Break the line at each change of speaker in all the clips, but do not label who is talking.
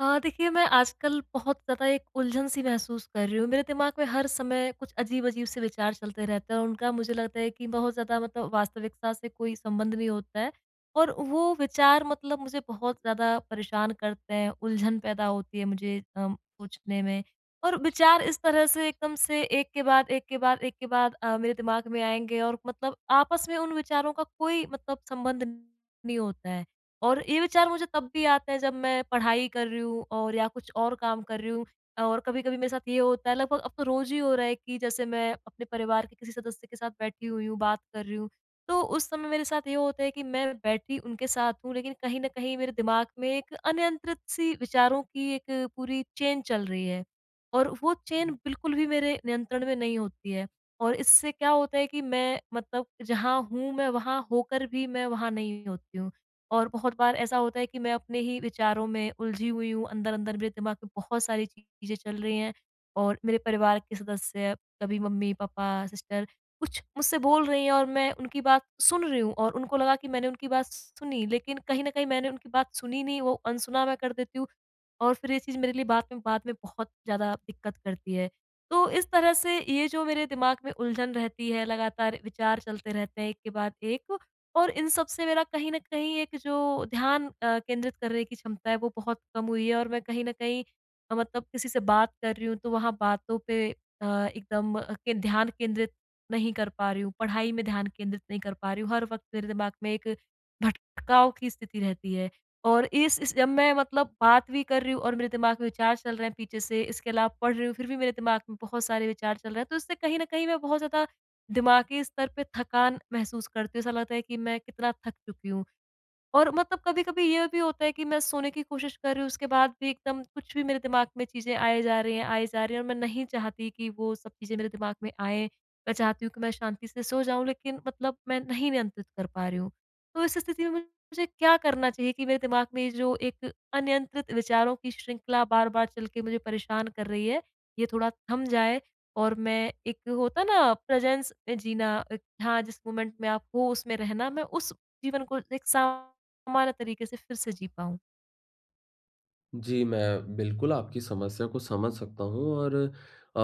देखिए, मैं आजकल बहुत ज़्यादा एक उलझन सी महसूस कर रही हूँ। मेरे दिमाग में हर समय कुछ अजीब-अजीब से विचार चलते रहते हैं, और उनका मुझे लगता है कि बहुत ज़्यादा वास्तविकता से कोई संबंध नहीं होता है। और वो विचार मुझे बहुत ज़्यादा परेशान करते हैं, उलझन पैदा होती है मुझे सोचने में। और विचार इस तरह से एकदम से एक के बाद एक के बाद एक के बाद मेरे दिमाग में आएँगे, और आपस में उन विचारों का कोई संबंध नहीं होता है। और ये विचार मुझे तब भी आता है, जब मैं पढ़ाई कर रही हूँ और या कुछ और काम कर रही हूँ। और कभी-कभी मेरे साथ ये होता है, लगभग अब तो रोज़ ही हो रहा है, कि जैसे मैं अपने परिवार के किसी सदस्य के साथ बैठी हुई हूँ, बात कर रही हूँ, तो उस समय मेरे साथ ये होता है कि मैं बैठी उनके साथ हूँ, लेकिन कहीं न कहीं मेरे दिमाग में एक अनियंत्रित सी विचारों की एक पूरी चेन चल रही है। और वो चेन बिल्कुल भी मेरे नियंत्रण में नहीं होती है। और इससे क्या होता है कि मैं जहाँ हूँ, मैं वहाँ होकर भी मैं वहाँ नहीं होती हूँ। और बहुत बार ऐसा होता है कि मैं अपने ही विचारों में उलझी हुई हूँ, अंदर-अंदर मेरे दिमाग में बहुत सारी चीज़ें चल रही हैं, और मेरे परिवार के सदस्य, कभी मम्मी-पापा, सिस्टर, कुछ मुझसे बोल रही हैं, और मैं उनकी बात सुन रही हूँ और उनको लगा कि मैंने उनकी बात सुनी, लेकिन कहीं न कहीं मैंने उनकी बात सुनी नहीं, वो अनसुना मैं कर देती हूँ। और फिर ये चीज़ मेरे लिए बाद में बहुत ज़्यादा दिक्कत करती है। तो इस तरह से ये जो मेरे दिमाग में उलझन रहती है, लगातार विचार चलते रहते हैं एक के बाद एक, और इन सब से मेरा कहीं न कहीं एक जो ध्यान केंद्रित करने की क्षमता है, वो बहुत कम हुई है, और मैं कहीं न कहीं किसी से बात कर रही हूँ, तो वहाँ बातों पे एकदम अ, के ध्यान केंद्रित नहीं कर पा रही हूँ, पढ़ाई में ध्यान केंद्रित नहीं कर पा रही हूँ। हर वक़्त मेरे दिमाग में एक भटकाव की स्थिति रहती है। और इस जब मैं बात भी कर रही हूँ और मेरे दिमाग में विचार चल रहे हैं पीछे से, इसके अलावा पढ़ रही हूँ, फिर भी मेरे दिमाग में बहुत सारे विचार चल रहे हैं, तो इससे कहीं न कहीं मैं बहुत ज़्यादा दिमागी स्तर पे थकान महसूस करती हूँ। ऐसा लगता है कि मैं कितना थक चुकी हूँ। और कभी-कभी ये भी होता है कि मैं सोने की कोशिश कर रही हूँ, उसके बाद भी एकदम कुछ भी मेरे दिमाग में चीज़ें आए जा रही हैं आए जा रही हैं, और मैं नहीं चाहती कि वो सब चीज़ें मेरे दिमाग में आएँ। मैं चाहती हूँ कि मैं शांति से सो जाऊँ, लेकिन मैं नहीं नियंत्रित कर पा रही हूँ। तो इस स्थिति में मुझे क्या करना चाहिए कि मेरे दिमाग में ये जो एक अनियंत्रित विचारों की श्रृंखला बार-बार चल के मुझे परेशान कर रही है, ये थोड़ा थम जाए, और मैं एक होता है ना प्रेज़ेंस में जीना, एक हाँ, जिस मोमेंट में आप हो उसमें रहना, मैं उस जीवन को एक सा हमारा तरीके से फिर से जी पाऊँ।
जी, मैं बिल्कुल आपकी समस्या को समझ सकता हूँ। और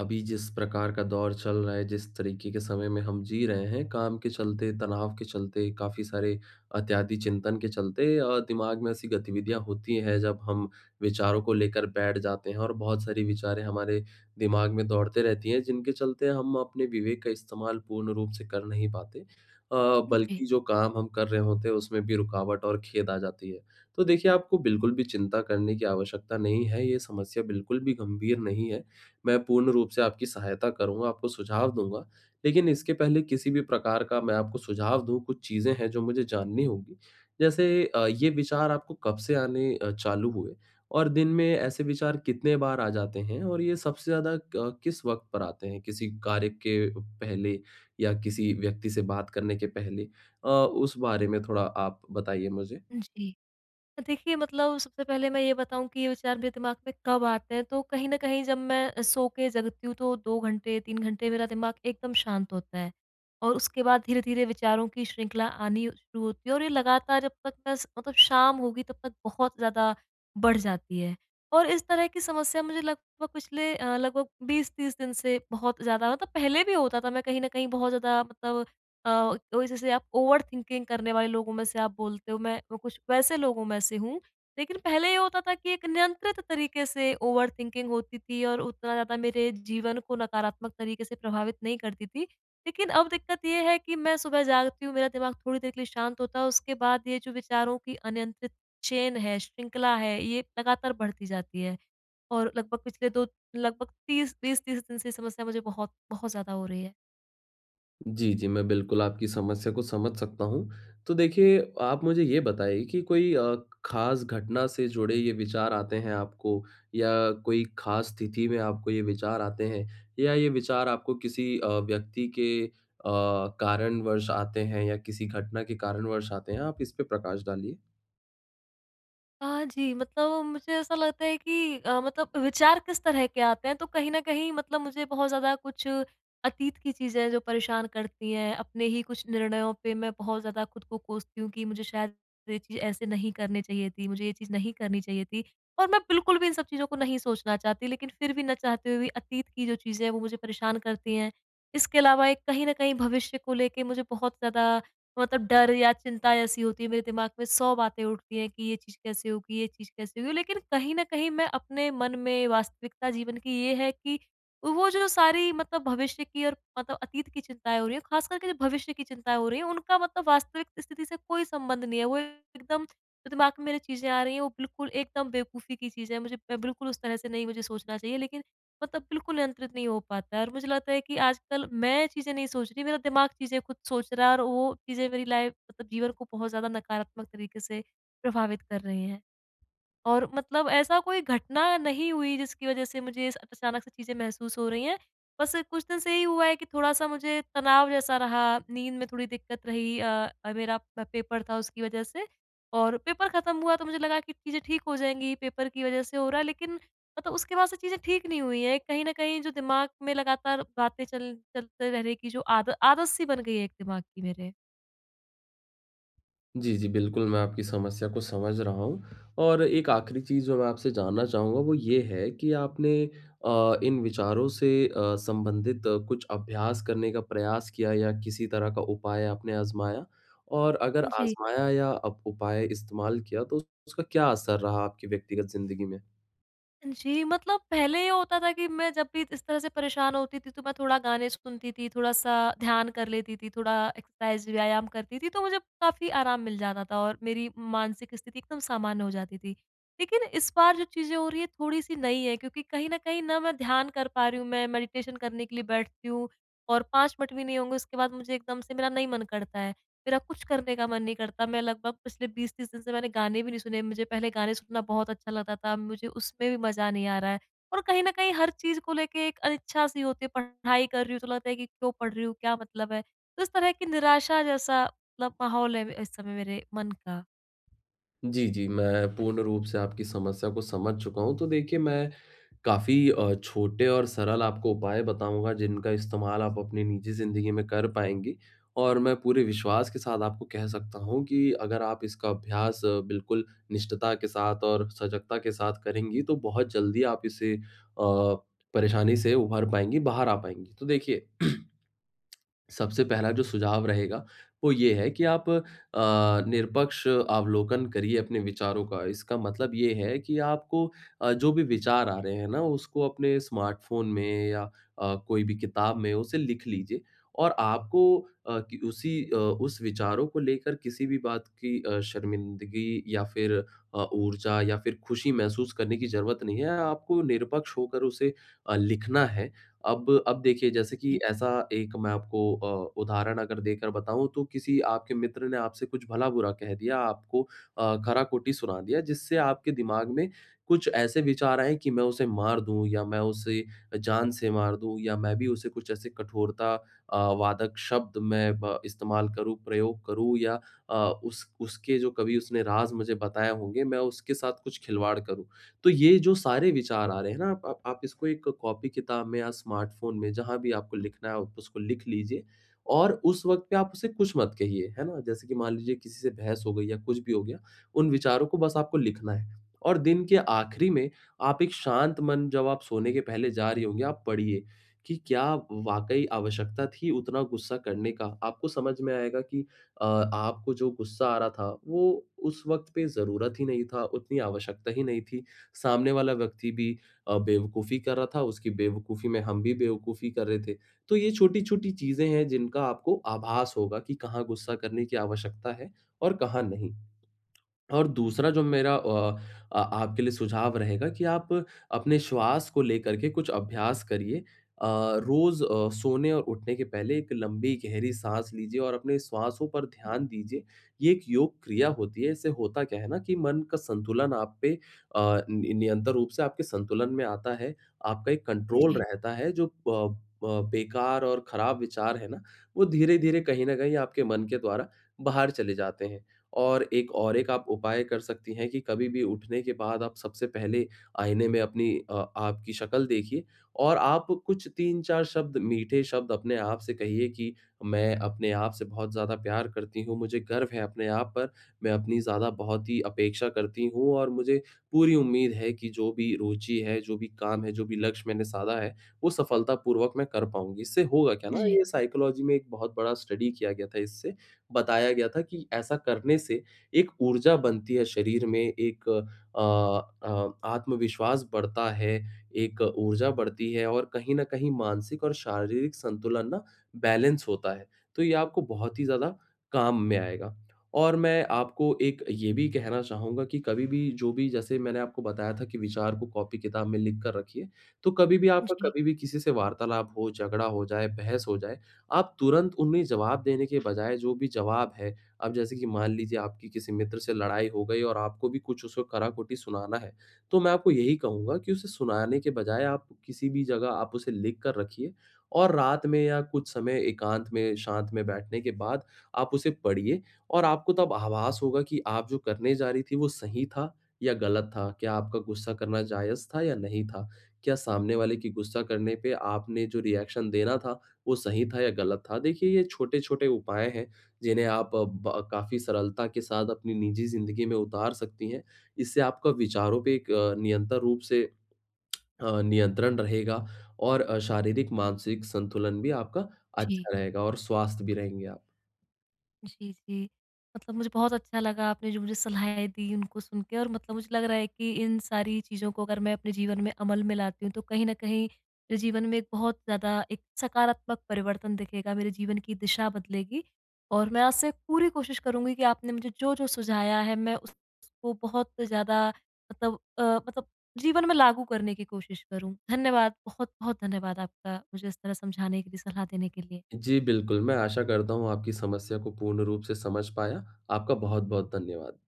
अभी जिस प्रकार का दौर चल रहा है, जिस तरीके के समय में हम जी रहे हैं, काम के चलते, तनाव के चलते, काफ़ी सारे अत्यधिक चिंतन के चलते दिमाग में ऐसी गतिविधियाँ होती हैं जब हम विचारों को लेकर बैठ जाते हैं, और बहुत सारी विचारें हमारे दिमाग में दौड़ते रहती हैं, जिनके चलते हम अपने विवेक का इस्तेमाल पूर्ण रूप से कर नहीं पाते।
जी,
बल्कि जो काम हम कर रहे होते हैं उसमें भी रुकावट और खेद आ जाती है। तो देखिए, आपको बिल्कुल भी चिंता करने की आवश्यकता नहीं है, ये समस्या बिल्कुल भी गंभीर नहीं है। मैं पूर्ण रूप से आपकी सहायता करूँगा, आपको सुझाव दूँगा, लेकिन इसके पहले किसी भी प्रकार का मैं आपको सुझाव दूँ, कुछ चीज़ें हैं जो मुझे जाननी होंगी। जैसे ये विचार आपको कब से आने चालू हुए, और दिन में ऐसे विचार कितने बार आ जाते हैं, और ये सबसे ज़्यादा क किस वक़्त पर आते हैं? किसी कार्य के पहले या किसी व्यक्ति से बात करने के पहले? उस बारे में थोड़ा आप बताइए मुझे।
जी। देखिए सबसे पहले मैं ये बताऊँ कि ये विचार मेरे दिमाग में कब आते हैं, तो कहीं न कहीं जब मैं सो के जगती हूँ तो 2 घंटे, 3 घंटे मेरा दिमाग एकदम शांत होता है। और उसके बाद धीरे-धीरे विचारों की श्रृंखला आनी शुरू होती है, और ये लगातार जब तक मैं स मतलब शाम होगी तब तक बहुत ज़्यादा बढ़ जाती है। और इस तरह की समस्या मुझे लगभग पिछले लगभग 20-30 दिन से बहुत ज़्यादा पहले भी होता था, मैं कहीं न कहीं बहुत ज़्यादा मतलब अ, ओ जैसे आप ओवरथिंकिंग करने वाले लोगों में से आप बोलते हो, मैं वो कुछ वैसे लोगों में से हूँ। लेकिन पहले ये होता था कि एक नियंत्रित तरीके से ओवरथिंकिंग होती थी, और उतना ज़्यादा मेरे जीवन को नकारात्मक तरीके से प्रभावित नहीं करती थी। लेकिन अब दिक्कत ये है कि मैं सुबह जागती हूँ, मेरा दिमाग थोड़ी देर के लिए शांत होता है, उसके बाद ये जो विचारों की अनियंत्रित चेन है, श्रृंखला है, ये लगातार बढ़ती जाती है। और लगभग पिछले 2 लगभग 30 20-30 दिन से ये समस्या मुझे बहुत बहुत ज़्यादा हो रही है।
जी, जी। मैं बिल्कुल आपकी समस्या को समझ सकता हूँ। तो देखिए, आप मुझे ये बताइए कि कोई ख़ास घटना से जुड़े ये विचार आते हैं आपको, या कोई ख़ास स्थिति में आपको ये विचार आते हैं, या ये विचार आपको किसी व्यक्ति के कारणवश आते हैं या किसी घटना के कारणवश आते हैं? आप इस पे प्रकाश डालिए।
हाँ जी, मुझे ऐसा लगता है कि विचार किस तरह के आते हैं, तो कहीं न कहीं मुझे बहुत ज़्यादा कुछ अतीत की चीज़ें जो परेशान करती हैं, अपने ही कुछ निर्णयों पे मैं बहुत ज़्यादा खुद को कोसती हूँ कि मुझे शायद ये चीज़ ऐसे नहीं करनी चाहिए थी, मुझे ये चीज़ नहीं करनी चाहिए थी। और मैं बिल्कुल भी इन सब चीज़ों को नहीं सोचना चाहती, लेकिन फिर भी ना चाहते हुए भी अतीत की जो चीज़ें हैं, वो मुझे परेशान करती हैं। इसके अलावा एक कहीं न कहीं भविष्य को लेके मुझे बहुत ज़्यादा डर या चिंता ऐसी होती है, मेरे दिमाग में 100 बातें उठती हैं कि ये चीज़ कैसे होगी, ये चीज़ कैसे होगी? लेकिन कहीं न कहीं मैं अपने मन में वास्तविकता जीवन की ये है कि वो जो सारी भविष्य की और अतीत की चिंताएँ हो रही हैं, ख़ास करके जो भविष्य की चिंताएँ हो रही हैं, उनका वास्तविक स्थिति से कोई संबंध नहीं है। वो एकदम जो दिमाग में मेरे चीज़ें आ रही हैं, वो बिल्कुल एकदम बेवकूफ़ी की चीज़ें हैं। मुझे मैं बिल्कुल उस तरह से नहीं मुझे सोचना चाहिए, लेकिन बिल्कुल नियंत्रित नहीं हो पाता है। और मुझे लगता है कि आजकल मैं चीज़ें नहीं सोच रही, मेरा दिमाग चीज़ें खुद सोच रहा है, और वो चीज़ें मेरी लाइफ़ जीवन को बहुत ज़्यादा नकारात्मक तरीके से प्रभावित कर रही हैं। और ऐसा कोई घटना नहीं हुई, जिसकी वज़ह से मुझे स अचानक से चीज़ें महसूस हो रही हैं। बस कुछ दिन से ही हुआ है कि थोड़ा-सा मुझे तनाव जैसा रहा, नींद में थोड़ी दिक्कत रही, मेरा प पेपर था उसकी वज़ह से। और पेपर ख़त्म हुआ तो मुझे लगा कि चीज़ें ठीक हो जाएँगी, पेपर की वज़ह से हो रहा है, लेकिन उसके बाद से चीज़ें ठीक नहीं हुई हैं। कहीं न कहीं जो दिमाग में लगातार बातें चल चलते रहने की जो आद आदत सी बन गई है एक दिमाग की मेरे।
जी, जी। बिल्कुल, मैं आपकी समस्या को समझ रहा हूँ, और एक आखिरी चीज़ जो मैं आपसे जानना चाहूँगा वो ये है कि आपने इन विचारों से संबंधित कुछ अभ्यास करने का प्रयास किया या किसी तरह का उपाय आपने आज़माया? और अगर
जी।
आज़माया या अप उपाय इस्तेमाल किया तो उसका क्या असर रहा आपकी व्यक्तिगत ज़िंदगी में?
जी, पहले ये होता था कि मैं जब भी इस तरह से परेशान होती थी, तो मैं थोड़ा गाने सुनती थी, थोड़ा-सा ध्यान कर लेती थी, थोड़ा एक्सरसाइज़, व्यायाम करती थी, तो मुझे काफ़ी आराम मिल जाता था और मेरी मानसिक स्थिति एकदम सामान्य हो जाती थी। लेकिन इस बार जो चीज़ें हो रही हैं, थोड़ी-सी नई हैं, क्योंकि कहीं न कहीं ना मैं ध्यान कर पा रही हूँ, मैं मेडिटेशन करने के लिए बैठती हूँ और 5 मिनट भी नहीं होंगे, उसके बाद मुझे एकदम से मेरा नहीं मन करता है। मेरा कुछ करने का मन नहीं करता। मैं लगभग पिछले 20-30 दिन से मैंने गाने भी नहीं सुने। मुझे पहले गाने सुनना बहुत अच्छा लगता था, मुझे उसमें भी मज़ा नहीं आ रहा है। और कहीं न कहीं हर चीज़ को लेके एक अनिच्छा-सी होती है, पढ़ाई कर रही हूँ तो लगता है कि क्यों पढ़ रही हूँ, क्या मतलब है? तो इस तरह की निराशा जैसा माहौल है इस समय मेरे मन का।
जी, जी, मैं पूर्ण रूप से आपकी समस्या को समझ चुका हूँ। तो देखिए, मैं काफ़ी छोटे और सरल आपको उपाय बताऊँगा जिनका इस्तेमाल आप अपनी निजी ज़िंदगी में कर पाएँगी। और मैं पूरे विश्वास के साथ आपको कह सकता हूँ कि अगर आप इसका अभ्यास बिल्कुल निष्ठता के साथ और सजगता के साथ करेंगी, तो बहुत जल्दी आप इसे परेशानी से उभर पाएँगी, बाहर आ पाएँगी। तो देखिए, सबसे पहला जो सुझाव रहेगा, वो ये है कि आप निरपक्ष अवलोकन करिए अपने विचारों का। इसका मतलब ये है कि आपको जो भी विचार आ रहे हैं ना, उसको अपने स्मार्टफ़ोन में या कोई भी किताब में उसे लिख लीजिए। और आपको कि उसी उस विचारों को लेकर किसी भी बात की शर्मिंदगी या फिर ऊर्जा या फिर खुशी महसूस करने की ज़रूरत नहीं है। आपको निरपक्ष होकर उसे लिखना है। अब देखिए, जैसे कि
जी।
ऐसा एक मैं आपको उदाहरण अगर देकर बताऊँ, तो किसी आपके मित्र ने आपसे कुछ भला-बुरा कह दिया, आपको खरा-खोटी सुना दिया, जिससे आपके दिमाग में कुछ ऐसे विचार आएँ कि मैं उसे मार दूँ या मैं उसे जान से मार दूँ, या मैं भी उसे कुछ ऐसे कठोरता वादक शब्द मैं ब इस्तेमाल करूँ, प्रयोग करूँ, या अ, उस उसके जो कभी उसने राज़ मुझे बताए होंगे मैं उसके साथ कुछ खिलवाड़ करूँ। तो ये जो सारे विचार आ रहे हैं ना, आप इसको एक कॉपी किताब में या स्मार्टफ़ोन में जहाँ भी आपको लिखना है आप उसको लिख लीजिए। और उस वक़्त पे आप उसे कुछ मत कहिए, है ना? जैसे कि मान लीजिए किसी से बहस हो गई या कुछ भी हो गया, उन विचारों को बस आपको लिखना है। और दिन के आखिरी में आप एक शांत मन, जब आप सोने के पहले जा रही होंगी, आप पढ़िए कि क्या वाक़ई आवश्यकता थी उतना गुस्सा करने का? आपको समझ में आएगा कि आपको जो गुस्सा आ रहा था वो उस वक़्त पे ज़रूरत ही नहीं था, उतनी आवश्यकता ही नहीं थी। सामने वाला व्यक्ति भी बेवकूफ़ी कर रहा था, उसकी बेवकूफ़ी में हम भी बेवकूफ़ी कर रहे थे। तो ये छोटी-छोटी चीज़ें हैं जिनका आपको आभास होगा कि कहाँ गुस्सा करने की आवश्यकता है और कहाँ नहीं। और दूसरा जो मेरा आपके लिए सुझाव रहेगा कि आप अपने श्वास को लेकर के कुछ अभ्यास करिए। अ, रोज़ सोने और उठने के पहले एक लंबी गहरी साँस लीजिए और अपने श्वासों पर ध्यान दीजिए। ये एक योग क्रिया होती है, इससे होता क्या है ना कि मन का संतुलन आप पे अ, नि निरंतर रूप से आपके संतुलन में आता है। आपका एक कंट्रोल
जी,
रहता है, जो प बेकार और खराब विचार है ना, वो धीरे-धीरे कहीं न कहीं आपके मन के द्वारा बाहर चले जाते हैं। और एक आप उपाय कर सकती हैं कि कभी भी उठने के बाद आप सबसे पहले आईने में आपकी शक्ल देखिए, और आप कुछ 3-4 शब्द, मीठे शब्द अपने आप से कहिए कि मैं अपने आप से बहुत ज़्यादा प्यार करती हूँ, मुझे गर्व है अपने आप पर, मैं अपनी ज़्यादा बहुत ही अपेक्षा करती हूँ, और मुझे पूरी उम्मीद है कि जो भी रुचि है, जो भी काम है, जो भी लक्ष्य मैंने साधा है, वो सफलतापूर्वक मैं कर पाऊँगी। इससे होगा क्या ना,
जी,
ये साइकोलॉजी में एक बहुत बड़ा स्टडी किया गया था, इससे बताया गया था कि ऐसा करने से एक ऊर्जा बनती है शरीर में, एक आत्मविश्वास बढ़ता है, एक ऊर्जा बढ़ती है, और कहीं न कहीं मानसिक और शारीरिक संतुलन ना बैलेंस होता है। तो ये आपको बहुत ही ज़्यादा काम में आएगा। और मैं आपको एक ये भी कहना चाहूँगा कि कभी भी जो भी, जैसे मैंने आपको बताया था कि विचार को कॉपी-किताब में लिख कर रखिए, तो कभी भी आपका
जी,
कभी भी किसी से वार्तालाप हो, झगड़ा हो जाए, बहस हो जाए, आप तुरंत उन्हें जवाब देने के बजाय जो भी जवाब है, अब जैसे कि मान लीजिए आपकी किसी मित्र से लड़ाई हो गई और आपको भी कुछ उसको कराकुटी सुनाना है, तो मैं आपको यही कहूँगा कि उसे सुनाने के बजाय आप किसी भी जगह आप उसे लिख कर रखिए, और रात में या कुछ समय एकांत में, शांत में बैठने के बाद आप उसे पढ़िए। और आपको तब आभास होगा कि आप जो करने जा रही थी वो सही था या गलत था? क्या आपका गुस्सा करना जायज़ था या नहीं था? क्या सामने वाले की गुस्सा करने पे आपने जो रिएक्शन देना था, वो सही था या गलत था? देखिए, ये छोटे-छोटे उपाय हैं, जिन्हें आप ब काफ़ी सरलता के साथ अपनी निजी ज़िंदगी में उतार सकती हैं। इससे आपका विचारों पे एक निरंतर रूप से नियंत्रण रहेगा, और शारीरिक, मानसिक संतुलन भी आपका
जी।
अच्छा रहेगा और स्वस्थ भी रहेंगे आप।
जी, जी। मुझे बहुत अच्छा लगा आपने जो मुझे सलाहें दी उनको सुन के, और मुझे लग रहा है कि इन सारी चीज़ों को अगर मैं अपने जीवन में अमल में लाती हूँ, तो कहीं न कहीं मेरे जीवन में एक बहुत ज़्यादा एक सकारात्मक परिवर्तन दिखेगा, मेरे जीवन की दिशा बदलेगी। और मैं आज से पूरी कोशिश करूँगी कि आपने मुझे जो-जो सुझाया है, मैं उस उसको बहुत ज़्यादा मतलब अ, मतलब जीवन में लागू करने की कोशिश करूँ। धन्यवाद, बहुत-बहुत धन्यवाद आपका मुझे इस तरह समझाने के लिए, सलाह देने के लिए।
जी, बिल्कुल, मैं आशा करता हूँ आपकी समस्या को पूर्ण रूप से समझ पाया। आपका बहुत-बहुत धन्यवाद।